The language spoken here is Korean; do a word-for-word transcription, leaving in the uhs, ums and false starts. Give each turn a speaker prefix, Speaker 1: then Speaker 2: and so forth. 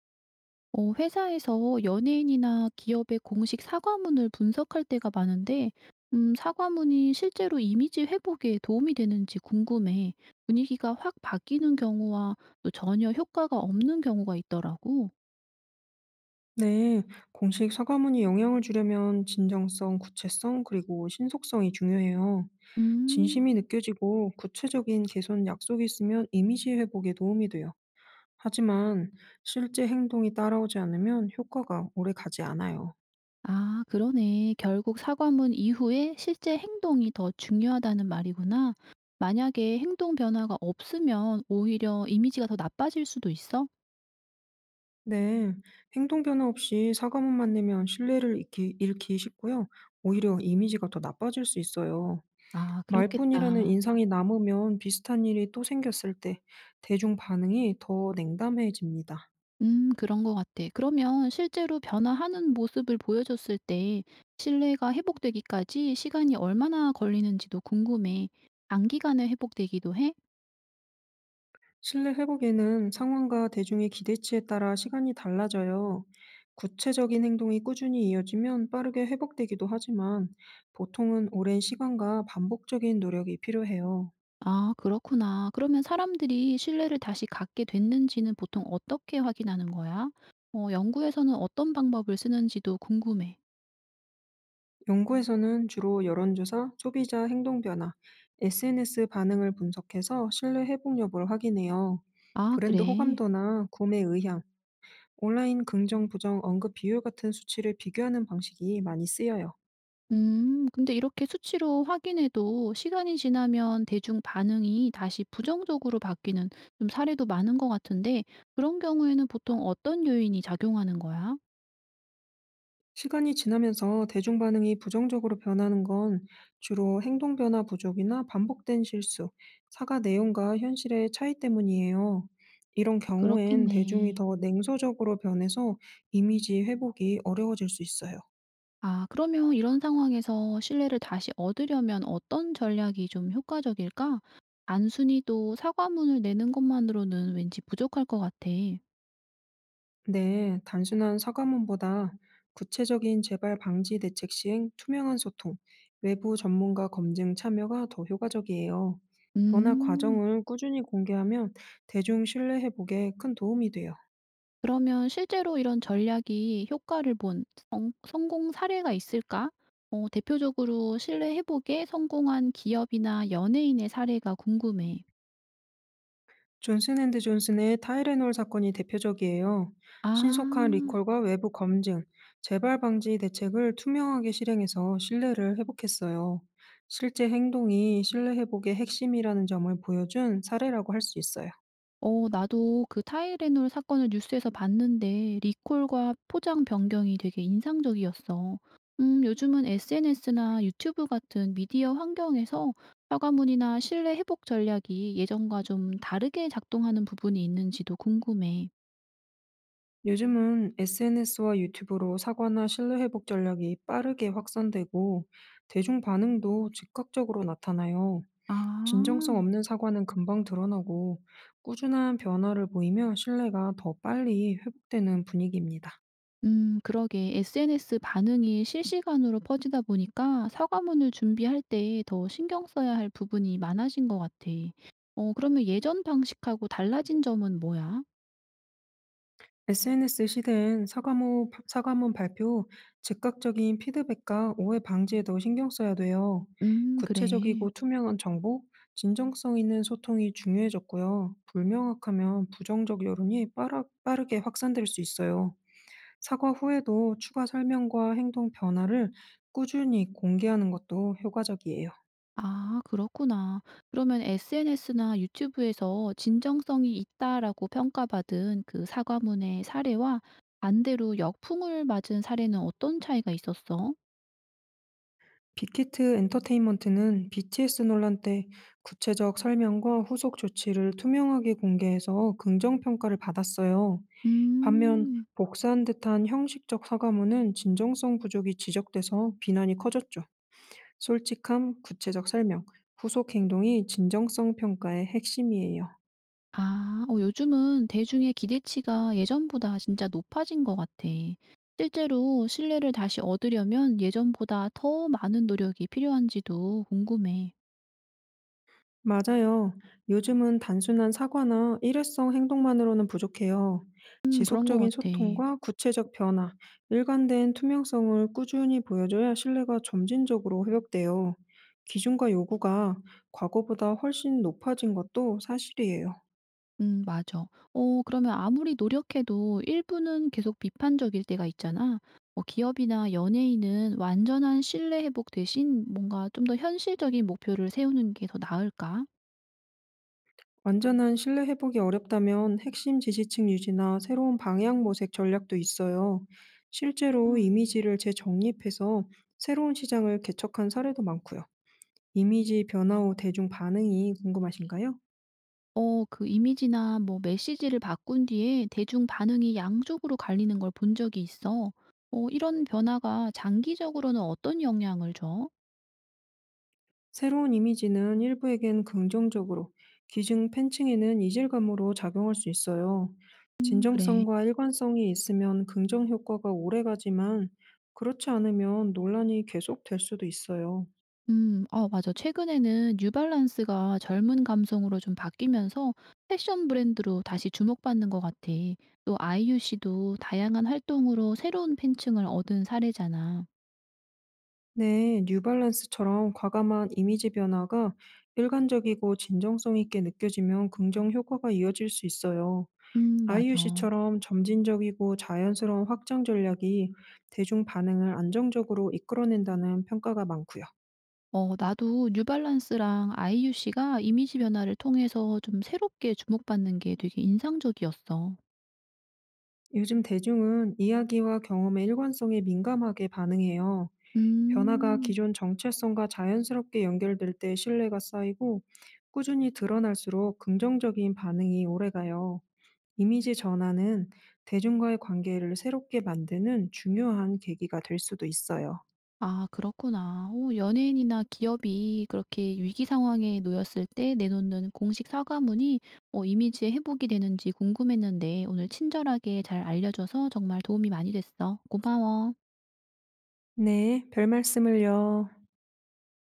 Speaker 1: 어, 회사에서 연예인이나 기업의 공식 사과문을 분석할 때가 많은데, 음, 사과문이 실제로 이미지 회복에 도움이 되는지 궁금해. 분위기가 확 바뀌는 경우와 또 전혀 효과가 없는 경우가 있더라고.
Speaker 2: 네, 공식 사과문이 영향을 주려면 진정성, 구체성, 그리고 신속성이 중요해요.
Speaker 1: 음,
Speaker 2: 진심이 느껴지고 구체적인 개선 약속이 있으면 이미지 회복에 도움이 돼요. 하지만 실제 행동이 따라오지 않으면 효과가 오래 가지 않아요.
Speaker 1: 아, 그러네. 결국 사과문 이후에 실제 행동이 더 중요하다는 말이구나. 만약에 행동 변화가 없으면 오히려 이미지가 더 나빠질 수도 있어?
Speaker 2: 네, 행동 변화 없이 사과문만 내면 신뢰를 잃기, 잃기 쉽고요. 오히려 이미지가 더 나빠질 수 있어요.
Speaker 1: 아,
Speaker 2: 말뿐이라는
Speaker 1: 그렇겠다.
Speaker 2: 인상이 남으면 비슷한 일이 또 생겼을 때 대중 반응이 더 냉담해집니다.
Speaker 1: 음, 그런 것 같아. 그러면 실제로 변화하는 모습을 보여줬을 때 신뢰가 회복되기까지 시간이 얼마나 걸리는지도 궁금해. 단기간에 회복되기도 해?
Speaker 2: 신뢰 회복에는 상황과 대중의 기대치에 따라 시간이 달라져요. 구체적인 행동이 꾸준히 이어지면 빠르게 회복되기도 하지만 보통은 오랜 시간과 반복적인 노력이 필요해요.
Speaker 1: 아, 그렇구나. 그러면 사람들이 신뢰를 다시 갖게 됐는지는 보통 어떻게 확인하는 거야? 어, 연구에서는 어떤 방법을 쓰는지도 궁금해.
Speaker 2: 연구에서는 주로 여론조사, 소비자 행동 변화, 에스엔에스 반응을 분석해서 신뢰 회복 여부를 확인해요.
Speaker 1: 아,
Speaker 2: 브랜드
Speaker 1: 그래.
Speaker 2: 호감도나 구매 의향, 온라인 긍정, 부정, 언급 비율 같은 수치를 비교하는 방식이 많이 쓰여요.
Speaker 1: 음, 근데 이렇게 수치로 확인해도 시간이 지나면 대중 반응이 다시 부정적으로 바뀌는 좀 사례도 많은 것 같은데, 그런 경우에는 보통 어떤 요인이 작용하는 거야?
Speaker 2: 시간이 지나면서 대중 반응이 부정적으로 변하는 건 주로 행동 변화 부족이나 반복된 실수, 사과 내용과 현실의 차이 때문이에요. 이런 경우엔 대중이
Speaker 1: 그렇겠네.
Speaker 2: 더 냉소적으로 변해서 이미지 회복이 어려워질 수 있어요.
Speaker 1: 아, 그러면 이런 상황에서 신뢰를 다시 얻으려면 어떤 전략이 좀 효과적일까? 단순히 또 사과문을 내는 것만으로는 왠지 부족할 것 같아.
Speaker 2: 네, 단순한 사과문보다 구체적인 재발 방지 대책 시행, 투명한 소통, 외부 전문가 검증 참여가 더 효과적이에요. 변화
Speaker 1: 음.
Speaker 2: 과정을 꾸준히 공개하면 대중 신뢰 회복에 큰 도움이 돼요.
Speaker 1: 그러면 실제로 이런 전략이 효과를 본 성 성공 사례가 있을까? 어 대표적으로 신뢰 회복에 성공한 기업이나 연예인의 사례가 궁금해.
Speaker 2: 존슨앤드존슨의 타이레놀 사건이 대표적이에요.
Speaker 1: 아.
Speaker 2: 신속한 리콜과 외부 검증, 재발 방지 대책을 투명하게 실행해서 신뢰를 회복했어요. 실제 행동이 신뢰 회복의 핵심이라는 점을 보여준 사례라고 할 수 있어요.
Speaker 1: 어 나도 그 타이레놀 사건을 뉴스에서 봤는데 리콜과 포장 변경이 되게 인상적이었어. 음, 요즘은 에스엔에스나 유튜브 같은 미디어 환경에서 사과문이나 신뢰 회복 전략이 예전과 좀 다르게 작동하는 부분이 있는지도 궁금해.
Speaker 2: 요즘은 에스엔에스와 유튜브로 사과나 신뢰 회복 전략이 빠르게 확산되고 대중 반응도 즉각적으로 나타나요. 진정성
Speaker 1: 아.
Speaker 2: 없는 사과는 금방 드러나고 꾸준한 변화를 보이며 신뢰가 더 빨리 회복되는 분위기입니다.
Speaker 1: 음, 그러게. 에스엔에스 반응이 실시간으로 퍼지다 보니까 사과문을 준비할 때 더 신경 써야 할 부분이 많아진 것 같아. 어, 그러면 예전 방식하고 달라진 점은 뭐야?
Speaker 2: 에스엔에스 시대엔 사과문, 사과문 발표, 즉각적인 피드백과 오해 방지에도 신경 써야 돼요.
Speaker 1: 음, 그래.
Speaker 2: 구체적이고 투명한 정보, 진정성 있는 소통이 중요해졌고요. 불명확하면 부정적 여론이 빠 빠르게 확산될 수 있어요. 사과 후에도 추가 설명과 행동 변화를 꾸준히 공개하는 것도 효과적이에요.
Speaker 1: 아, 그렇구나. 그러면 에스엔에스나 유튜브에서 진정성이 있다라고 평가받은 그 사과문의 사례와 반대로 역풍을 맞은 사례는 어떤 차이가 있었어?
Speaker 2: 빅히트 엔터테인먼트는 비티에스 논란 때 구체적 설명과 후속 조치를 투명하게 공개해서 긍정 평가를 받았어요. 반면
Speaker 1: 음.
Speaker 2: 복사한 듯한 형식적 사과문은 진정성 부족이 지적돼서 비난이 커졌죠. 솔직함, 구체적 설명, 후속 행동이 진정성 평가의 핵심이에요.
Speaker 1: 아. 어 요즘은 대중의 기대치가 예전보다 진짜 높아진 것 같아. 실제로 신뢰를 다시 얻으려면 예전보다 더 많은 노력이 필요한지도 궁금해.
Speaker 2: 맞아요. 요즘은 단순한 사과나 일회성 행동만으로는 부족해요.
Speaker 1: 음, 그런 것
Speaker 2: 지속적인
Speaker 1: 같아.
Speaker 2: 소통과 구체적 변화, 일관된 투명성을 꾸준히 보여줘야 신뢰가 점진적으로 회복돼요. 기준과 요구가 과거보다 훨씬 높아진 것도 사실이에요.
Speaker 1: 음, 맞아. 어 그러면 아무리 노력해도 일부는 계속 비판적일 때가 있잖아. 뭐 기업이나 연예인은 완전한 신뢰 회복 대신 뭔가 좀 더 현실적인 목표를 세우는 게 더 나을까?
Speaker 2: 완전한 신뢰 회복이 어렵다면 핵심 지지층 유지나 새로운 방향 모색 전략도 있어요. 실제로 이미지를 재정립해서 새로운 시장을 개척한 사례도 많고요. 이미지 변화 후 대중 반응이 궁금하신가요?
Speaker 1: 어 그 이미지나 뭐 메시지를 바꾼 뒤에 대중 반응이 양쪽으로 갈리는 걸 본 적이 있어. 어 이런 변화가 장기적으로는 어떤 영향을 줘?
Speaker 2: 새로운 이미지는 일부에겐 긍정적으로, 기증 팬층에는 이질감으로 작용할 수 있어요.
Speaker 1: 음, 그래.
Speaker 2: 진정성과 일관성이 있으면 긍정 효과가 오래가지만 그렇지 않으면 논란이 계속될 수도 있어요.
Speaker 1: 음. 아, 맞아. 최근에는 뉴발란스가 젊은 감성으로 좀 바뀌면서 패션 브랜드로 다시 주목받는 것 같아. 또 아이유 씨도 다양한 활동으로 새로운 팬층을 얻은 사례잖아.
Speaker 2: 네, 뉴발란스처럼 과감한 이미지 변화가 일관적이고 진정성 있게 느껴지면 긍정 효과가 이어질 수 있어요.
Speaker 1: 음,
Speaker 2: 아이유
Speaker 1: 맞아.
Speaker 2: 씨처럼 점진적이고 자연스러운 확장 전략이 대중 반응을 안정적으로 이끌어낸다는 평가가 많고요.
Speaker 1: 어 나도 뉴발란스랑 아이유씨가 이미지 변화를 통해서 좀 새롭게 주목받는 게 되게 인상적이었어.
Speaker 2: 요즘 대중은 이야기와 경험의 일관성에 민감하게 반응해요. 변화가
Speaker 1: 음.
Speaker 2: 기존 정체성과 자연스럽게 연결될 때 신뢰가 쌓이고 꾸준히 드러날수록 긍정적인 반응이 오래가요. 이미지 전환은 대중과의 관계를 새롭게 만드는 중요한 계기가 될 수도 있어요.
Speaker 1: 아, 그렇구나. 어 연예인이나 기업이 그렇게 위기 상황에 놓였을 때 내놓는 공식 사과문이 어 이미지의 회복이 되는지 궁금했는데 오늘 친절하게 잘 알려줘서 정말 도움이 많이 됐어. 고마워.
Speaker 2: 네, 별 말씀을요.